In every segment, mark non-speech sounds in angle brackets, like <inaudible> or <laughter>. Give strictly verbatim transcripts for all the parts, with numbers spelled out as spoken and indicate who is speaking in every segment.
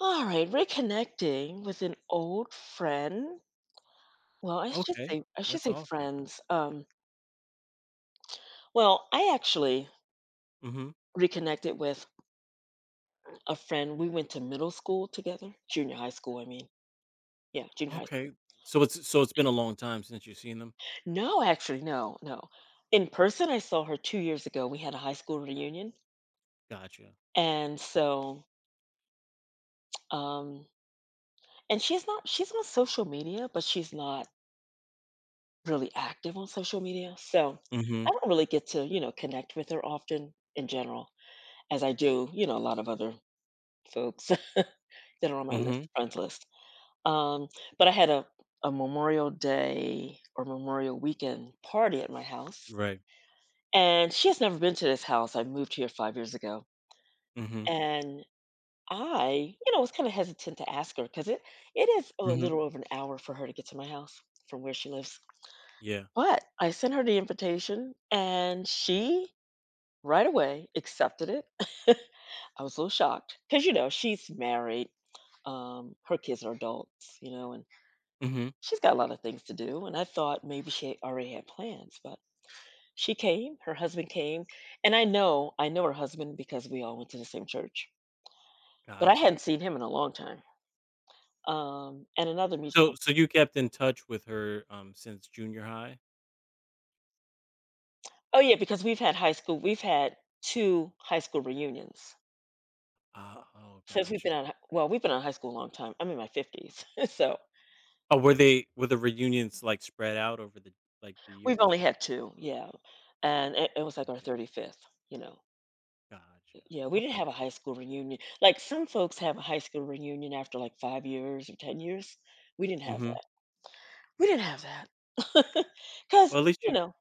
Speaker 1: All right, reconnecting with an old friend. Well, I should
Speaker 2: Okay,
Speaker 1: say I should
Speaker 2: that's
Speaker 1: say
Speaker 2: awesome.
Speaker 1: friends. Um, well, I actually
Speaker 2: Mhm.
Speaker 1: reconnected with a friend. We went to middle school together, junior high school, I mean. Yeah, junior high school.
Speaker 2: Okay, so it's so it's been a long time since you've seen them?
Speaker 1: No, actually, no, no. In person, I saw her two years ago. We had a high school reunion.
Speaker 2: Gotcha.
Speaker 1: And so, um, and she's not, she's on social media, but she's not really active on social media. So I
Speaker 2: Mhm,
Speaker 1: don't really get to, you know, connect with her often in general. As I do, you know, a lot of other folks <laughs> that are on my list,
Speaker 2: mhm.
Speaker 1: friends list. Um, but I had a, a Memorial Day or Memorial Weekend party at my house.
Speaker 2: Right.
Speaker 1: And she has never been to this house. I moved here five years ago.
Speaker 2: Mhm,
Speaker 1: And I, you know, was kind of hesitant to ask her because it, it is a
Speaker 2: mhm.
Speaker 1: little over an hour for her to get to my house from where she lives.
Speaker 2: Yeah.
Speaker 1: But I sent her the invitation and she right away accepted it. <laughs> I was a little shocked because you know she's married, um, her kids are adults, you know, and
Speaker 2: Mhm.
Speaker 1: she's got a lot of things to do. And I thought maybe she already had plans, but she came, her husband came, and I know I know her husband because we all went to the same church, but I hadn't
Speaker 2: Gotcha.
Speaker 1: seen him in a long time. Um, and another
Speaker 2: So
Speaker 1: mutual.
Speaker 2: so you kept in touch with her, um, since junior high?
Speaker 1: Oh yeah, because we've had high school, we've had two high school reunions
Speaker 2: Oh, oh,
Speaker 1: since we've
Speaker 2: gotcha.
Speaker 1: been on. Well, we've been on high school a long time. I'm in my fifties, <laughs> so
Speaker 2: Oh, were they were the reunions, like, spread out over the like, the
Speaker 1: we've
Speaker 2: years?
Speaker 1: only had two, yeah, and it it was like our
Speaker 2: Gotcha,
Speaker 1: thirty-fifth, you know?
Speaker 2: gotcha.
Speaker 1: Yeah, we didn't
Speaker 2: Okay.
Speaker 1: have a high school reunion. Like, some folks have a high school reunion after, like, five years or ten years. We didn't have
Speaker 2: Mhm.
Speaker 1: that. We didn't have that, <laughs> because
Speaker 2: Well, at least
Speaker 1: you
Speaker 2: you
Speaker 1: know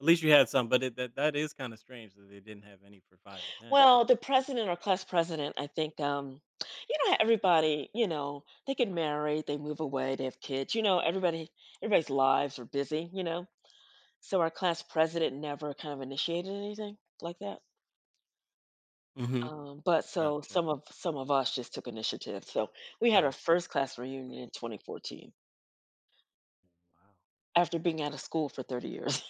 Speaker 2: at least you had some, but it that that is kinda strange that they didn't have any for five or ten.
Speaker 1: well, the president or class president, I think, um you know how everybody, you know, they get married, they move away, they have kids, you know, everybody everybody's lives are busy, you know? So our class president never kind of initiated anything like that.
Speaker 2: Mhm.
Speaker 1: Um, but so
Speaker 2: Gotcha,
Speaker 1: some of some of us just took initiative. So we had our
Speaker 2: gotcha.
Speaker 1: first class reunion in twenty fourteen
Speaker 2: Wow.
Speaker 1: after being out of school for thirty years.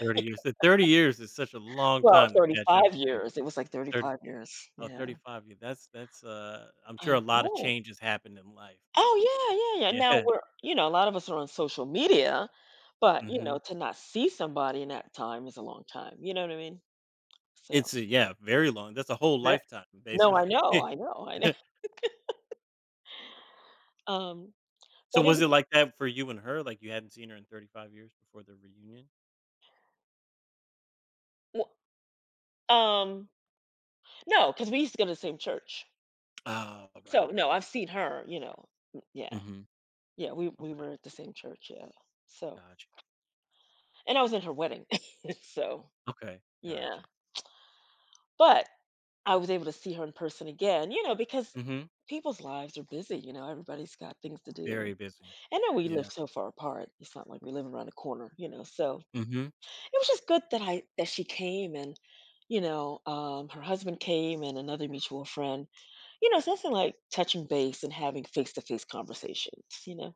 Speaker 2: thirty years. The thirty years is such a
Speaker 1: <laughs>
Speaker 2: long
Speaker 1: Well,
Speaker 2: time to catch up
Speaker 1: thirty-five
Speaker 2: with people.
Speaker 1: years. It was like
Speaker 2: Thirty,
Speaker 1: thirty-five years.
Speaker 2: oh,
Speaker 1: Yeah.
Speaker 2: thirty-five years. That's that's, uh I'm sure
Speaker 1: I
Speaker 2: a lot of
Speaker 1: know.
Speaker 2: changes happened in life before that.
Speaker 1: Oh yeah, yeah, yeah. Now
Speaker 2: Yeah. <laughs>
Speaker 1: we're, you know, a lot of us are on social media, but you know,
Speaker 2: Mhm.
Speaker 1: to not see somebody in that time is a long time. You know what I mean? So
Speaker 2: It's a yeah, very long. That's a whole
Speaker 1: Ve-
Speaker 2: lifetime,
Speaker 1: no,
Speaker 2: basically.
Speaker 1: I know,
Speaker 2: <laughs>
Speaker 1: I know, I know. <laughs> Um,
Speaker 2: So,
Speaker 1: but it
Speaker 2: was
Speaker 1: was
Speaker 2: it like that for you and her? Like, you hadn't seen her in thirty-five years before the reunion?
Speaker 1: w- um no, because we used to go to the same church.
Speaker 2: Oh, right,
Speaker 1: So no,
Speaker 2: right,
Speaker 1: I've seen her. You know, mm, yeah.
Speaker 2: yeah. Mhm.
Speaker 1: Yeah, we we
Speaker 2: Okay,
Speaker 1: were at the same church, yeah. So
Speaker 2: gotcha.
Speaker 1: and I was in her wedding. <laughs> So,
Speaker 2: Okay,
Speaker 1: yeah.
Speaker 2: gotcha.
Speaker 1: But I was able to see her in person again, you know, because
Speaker 2: Mhm.
Speaker 1: people's lives are busy, you know, everybody's got things to do.
Speaker 2: Very busy.
Speaker 1: And then we
Speaker 2: Yeah.
Speaker 1: live so far apart. It's not like we live around the corner, you know. So it
Speaker 2: Mhm.
Speaker 1: was just good that I that she came, and you know, um, her husband came, and another mutual friend. You know, so that's like touching base and having face to face conversations, you know.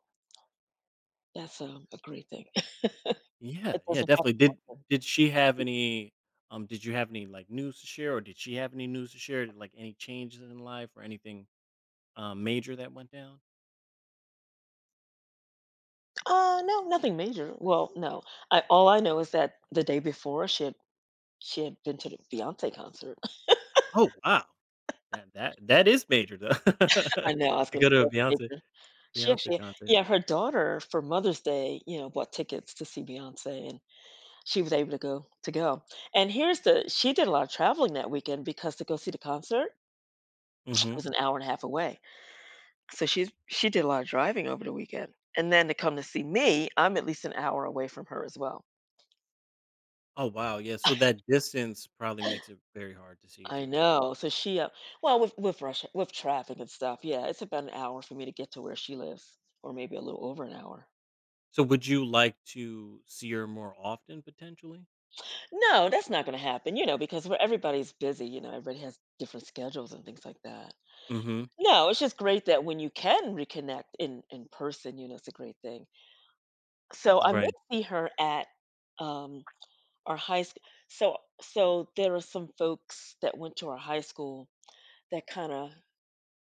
Speaker 1: That's um, a great thing. <laughs>
Speaker 2: Yeah,
Speaker 1: It
Speaker 2: yeah,
Speaker 1: doesn't happen
Speaker 2: definitely. Did
Speaker 1: often.
Speaker 2: did she have any um did you have any like news to share or did she have any news to share like any changes in life or anything um major that went down?
Speaker 1: Uh, no, nothing major. Well, no. I all I know is that the day before she had she had been to the Beyonce concert.
Speaker 2: Oh, wow. That that that is major though.
Speaker 1: <laughs> I
Speaker 2: <laughs>
Speaker 1: know, I was
Speaker 2: To
Speaker 1: gonna
Speaker 2: go to a
Speaker 1: say that's
Speaker 2: Beyonce
Speaker 1: major. She
Speaker 2: Beyonce
Speaker 1: actually
Speaker 2: concert.
Speaker 1: Yeah, her daughter for Mother's Day, you know, bought tickets to see Beyonce and she was able to go to go. And here's the she did a lot of traveling that weekend because to go see the concert <tsk>
Speaker 2: Mhm.
Speaker 1: was an hour and a half away. So she's she did a lot of driving over the weekend. And then to come to see me, I'm at least an hour away from her as well.
Speaker 2: Oh, wow. Yeah, so that distance probably makes it very hard to see each
Speaker 1: I
Speaker 2: other. all-
Speaker 1: know. So she, uh, well, with with rush with traffic and stuff, yeah, it's about an hour for me to get to where she lives, or maybe a little over an hour.
Speaker 2: So would you like to see her more often potentially?
Speaker 1: No, that's not going to happen, you know, because where everybody's busy, you know, everybody has different schedules and things like that.
Speaker 2: Mhm.
Speaker 1: No, it's just great that when you can reconnect in in person, you know, it's a great thing. So I may
Speaker 2: Right.
Speaker 1: see her at um our high school. So so there are some folks that went to our high school that kind of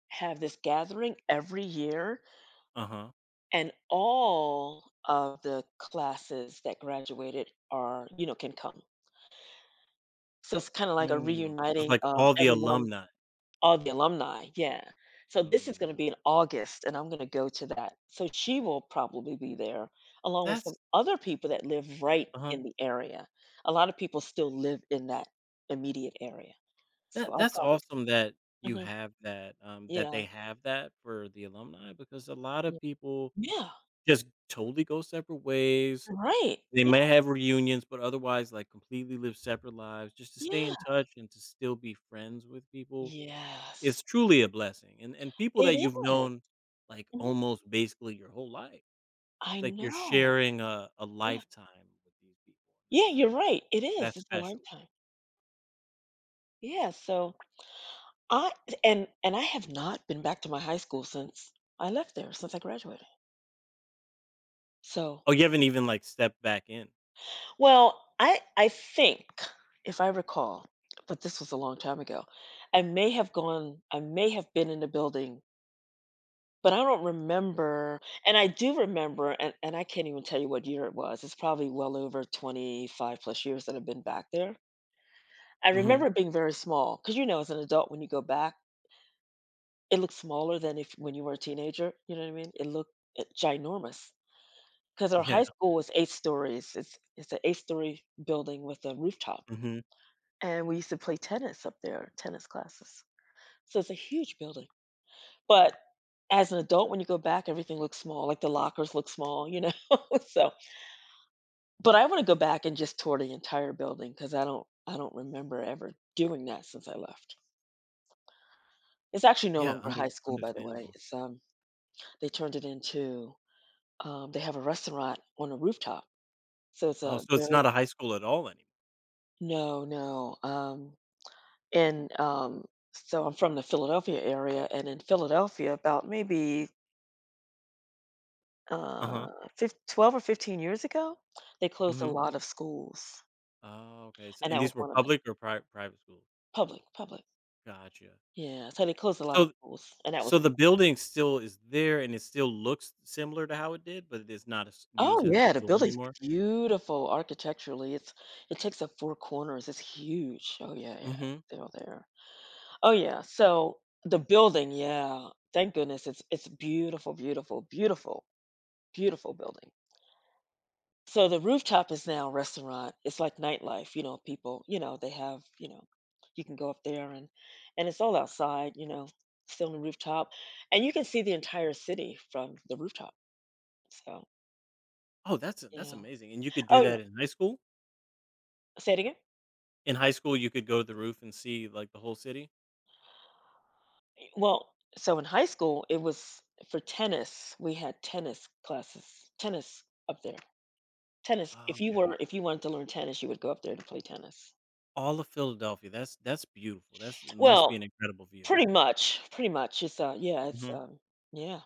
Speaker 1: have this gathering every year,
Speaker 2: Uh-huh.
Speaker 1: and all of the classes that graduated are, you know, can come. So it's kinda like a
Speaker 2: Mm. It's
Speaker 1: reuniting
Speaker 2: like
Speaker 1: of
Speaker 2: all the
Speaker 1: everyone,
Speaker 2: alumni.
Speaker 1: all the alumni, yeah. So this is
Speaker 2: Mm.
Speaker 1: gonna be in August, and I'm gonna go to that. So she will probably be there, along with some
Speaker 2: That's
Speaker 1: other people that live right
Speaker 2: Uh-huh.
Speaker 1: in the area. A lot of people still live in that immediate area, so
Speaker 2: That
Speaker 1: I'll
Speaker 2: that's
Speaker 1: probably see
Speaker 2: awesome that
Speaker 1: that.
Speaker 2: you
Speaker 1: Mhm.
Speaker 2: have that, um, that they
Speaker 1: Yeah,
Speaker 2: have that for the alumni because a lot
Speaker 1: yeah.
Speaker 2: of people
Speaker 1: Yeah,
Speaker 2: just totally go separate ways.
Speaker 1: right.
Speaker 2: They
Speaker 1: Yeah,
Speaker 2: may have reunions, but otherwise, like, completely live separate lives. Just to stay
Speaker 1: yeah.
Speaker 2: in touch and to still be friends with people
Speaker 1: Yes,
Speaker 2: is truly a blessing, and and people
Speaker 1: it
Speaker 2: that you've
Speaker 1: is.
Speaker 2: known, like,
Speaker 1: Mhm.
Speaker 2: almost basically your whole life. It's
Speaker 1: I
Speaker 2: like you're
Speaker 1: know.
Speaker 2: sharing a a
Speaker 1: Yeah.
Speaker 2: lifetime with these people, and
Speaker 1: Yeah,
Speaker 2: that's
Speaker 1: you're right. It is.
Speaker 2: that's
Speaker 1: It's a
Speaker 2: special.
Speaker 1: lifetime. Yeah, so I and and I have not been back to my high school since I left there, since I graduated. So,
Speaker 2: Oh, you haven't even, like, stepped back in.
Speaker 1: well, I I think if I recall, but this was a long time ago, I may have gone, I may have been in the building, but I don't remember. And I do remember, and, and I can't even tell you what year it was. It's probably well over twenty-five plus years that I've been back there. I remember
Speaker 2: Mhm.
Speaker 1: it being very small, because you know, as an adult, when you go back, it looks smaller than if when you were a teenager, you know what I mean? It looked, uh, ginormous, because our
Speaker 2: Yeah.
Speaker 1: high school was eight stories. It's it's an eight story building with a rooftop,
Speaker 2: Mhm.
Speaker 1: and we used to play tennis up there, tennis classes. So it's a huge building, but as an adult, when you go back, everything looks small, like, the lockers look small, you know? <laughs> So but I wanna go back and just tour the entire building, because I don't I don't remember ever doing that since I left. It's actually no
Speaker 2: Yeah,
Speaker 1: longer
Speaker 2: under
Speaker 1: high school, by the way.
Speaker 2: understandable.
Speaker 1: It's, um they turned it into, um they have a restaurant on a rooftop. So it's
Speaker 2: Oh,
Speaker 1: a
Speaker 2: so it's
Speaker 1: very
Speaker 2: not a high school at all anymore?
Speaker 1: No, no, um, and, um so I'm from the Philadelphia area, and in Philadelphia, about maybe,
Speaker 2: Uh-huh.
Speaker 1: uh, fif twelve or fifteen years ago, they closed a
Speaker 2: Mhm.
Speaker 1: lot of schools,
Speaker 2: Oh, okay, so
Speaker 1: and
Speaker 2: and
Speaker 1: that was
Speaker 2: these were
Speaker 1: one of the
Speaker 2: public or pri private schools?
Speaker 1: public, public.
Speaker 2: Gotcha.
Speaker 1: Yeah, so they closed a lot of
Speaker 2: So
Speaker 1: schools, and that was
Speaker 2: so the building still is there, and it still looks similar to how it did, but it is not as
Speaker 1: oh
Speaker 2: used as a
Speaker 1: yeah, the
Speaker 2: school
Speaker 1: building's
Speaker 2: anymore?
Speaker 1: beautiful architecturally. It's it takes up four corners. It's huge. Oh yeah, yeah.
Speaker 2: Mhm.
Speaker 1: It's still there. Oh yeah. So the building, yeah. Thank goodness it's it's beautiful, beautiful, beautiful, beautiful building. So the rooftop is now a restaurant. It's like nightlife, you know, people, you know, they have, you know, you can go up there and and it's all outside, you know, still on the rooftop. And you can see the entire city from the rooftop. So
Speaker 2: Oh, that's that's
Speaker 1: yeah.
Speaker 2: amazing, and you could do
Speaker 1: Oh, yeah,
Speaker 2: that in high school?
Speaker 1: say it again.
Speaker 2: In high school, you could go to the roof and see, like, the whole city?
Speaker 1: Well, so in high school, it was for tennis. We had tennis classes, tennis up there. Tennis. If you were,
Speaker 2: Okay.
Speaker 1: if you wanted to learn tennis, you would go up there to play tennis.
Speaker 2: All of Philadelphia, that's that's beautiful, that's it must
Speaker 1: Well,
Speaker 2: be an incredible view.
Speaker 1: pretty much, pretty much. It's uh, yeah, it's
Speaker 2: Mhm.
Speaker 1: um, yeah.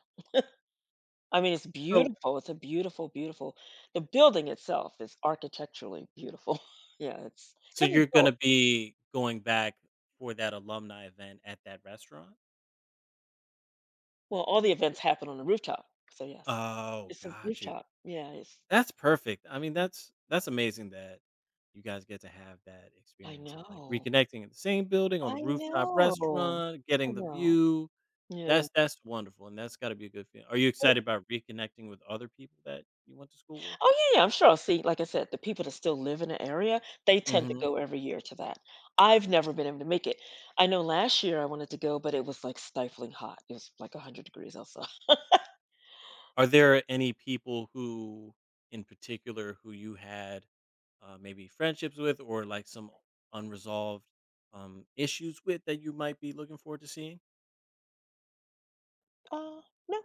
Speaker 1: I mean, it's
Speaker 2: So
Speaker 1: beautiful. It's a beautiful, beautiful. The building itself is architecturally beautiful. <laughs> Yeah, it's
Speaker 2: So
Speaker 1: kind of
Speaker 2: you're gonna
Speaker 1: built.
Speaker 2: be going back for that alumni event at that restaurant?
Speaker 1: Well, all the events happen on the rooftop. So yes,
Speaker 2: Oh,
Speaker 1: it's a
Speaker 2: got you.
Speaker 1: rooftop. Yeah, it's.
Speaker 2: That's perfect. I mean, that's that's amazing that you guys get to have that
Speaker 1: I
Speaker 2: experience of, like,
Speaker 1: know.
Speaker 2: reconnecting in the same building, on the
Speaker 1: I
Speaker 2: rooftop
Speaker 1: know.
Speaker 2: restaurant,
Speaker 1: I
Speaker 2: getting the
Speaker 1: know.
Speaker 2: view.
Speaker 1: Yeah.
Speaker 2: That's that's wonderful, and that's gotta be a good feeling. Are you
Speaker 1: Oh,
Speaker 2: excited about reconnecting with other people that you went to school with?
Speaker 1: oh, yeah, yeah, I'm sure I'll see like I said, the people that still live in the area, they tend to
Speaker 2: Mhm.
Speaker 1: go every year to that. I've never been able to make it. I know last year I wanted to go, but it was like stifling hot. It was like one hundred degrees outside. <laughs>
Speaker 2: Are there any people who, in particular, who you had uh, maybe friendships with or like some unresolved um, issues with that you might be looking forward to seeing?
Speaker 1: Uh, no,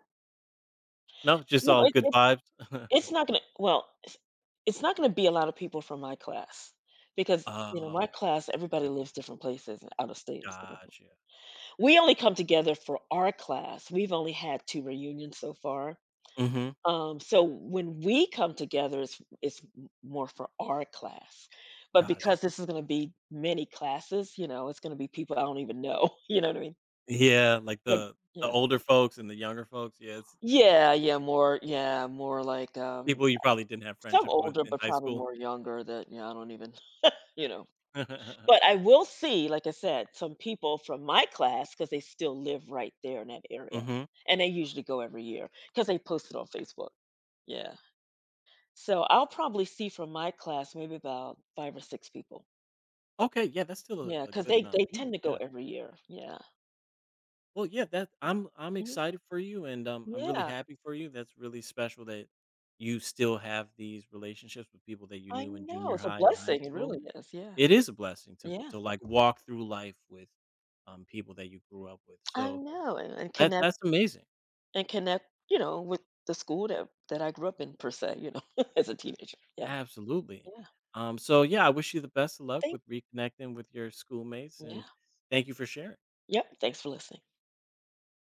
Speaker 2: No, just
Speaker 1: no,
Speaker 2: all
Speaker 1: it,
Speaker 2: good
Speaker 1: it,
Speaker 2: vibes. <laughs>
Speaker 1: it's not gonna. Well, it's, it's not gonna be a lot of people from my class because you know my
Speaker 2: Oh,
Speaker 1: class, everybody
Speaker 2: got you.
Speaker 1: lives different places and out of state. And stuff.
Speaker 2: Gotcha.
Speaker 1: We only come together for our class. We've only had two reunions so far.
Speaker 2: Hmm.
Speaker 1: Um, so when we come together, it's it's m- more for our class, but
Speaker 2: Gotcha.
Speaker 1: because this is going to be many classes, you know, it's going to be people I don't even know. <laughs> You know what I mean?
Speaker 2: Yeah, like
Speaker 1: Like,
Speaker 2: the the
Speaker 1: yes,
Speaker 2: older folks and the younger folks. Yeah, it's
Speaker 1: yeah, yeah, more, yeah, more like um,
Speaker 2: people you probably didn't have
Speaker 1: some
Speaker 2: friendships with
Speaker 1: older,
Speaker 2: in
Speaker 1: but
Speaker 2: high
Speaker 1: probably
Speaker 2: school.
Speaker 1: more younger. That yeah, I don't even, <laughs> you know.
Speaker 2: <laughs> Hmm.
Speaker 1: But I will see, like I said, some people from my class because they still live right there in that area, and they usually go every year because they post it on Facebook. Yeah. So I'll probably see from my class maybe about five or six people.
Speaker 2: Okay, yeah, that's still a,
Speaker 1: Yeah,
Speaker 2: a
Speaker 1: because
Speaker 2: good
Speaker 1: they
Speaker 2: amount
Speaker 1: they
Speaker 2: of
Speaker 1: tend
Speaker 2: people.
Speaker 1: to go
Speaker 2: Yeah.
Speaker 1: every year. Yeah.
Speaker 2: Well, yeah, that I'm I'm
Speaker 1: Mhm.
Speaker 2: excited for you, and um, I'm really <laughs>
Speaker 1: Yeah,
Speaker 2: happy for you. That's really special that you still have these relationships with people that you
Speaker 1: I
Speaker 2: knew in
Speaker 1: know,
Speaker 2: junior
Speaker 1: it's a
Speaker 2: high and high
Speaker 1: blessing, it
Speaker 2: school.
Speaker 1: really is, yeah.
Speaker 2: It is a blessing to
Speaker 1: Yeah.
Speaker 2: to like walk through life with um, people that you grew up with.
Speaker 1: I
Speaker 2: So
Speaker 1: know, and and
Speaker 2: that
Speaker 1: connect
Speaker 2: that's amazing.
Speaker 1: and connect, you know, with the school that that I grew up in per se, you know, <laughs> as a teenager. Yeah,
Speaker 2: Absolutely.
Speaker 1: yeah.
Speaker 2: Um, so yeah, I wish you the best of luck
Speaker 1: Thank
Speaker 2: with reconnecting with your schoolmates,
Speaker 1: you. Yeah.
Speaker 2: and thank you for sharing.
Speaker 1: Yep, thanks for listening.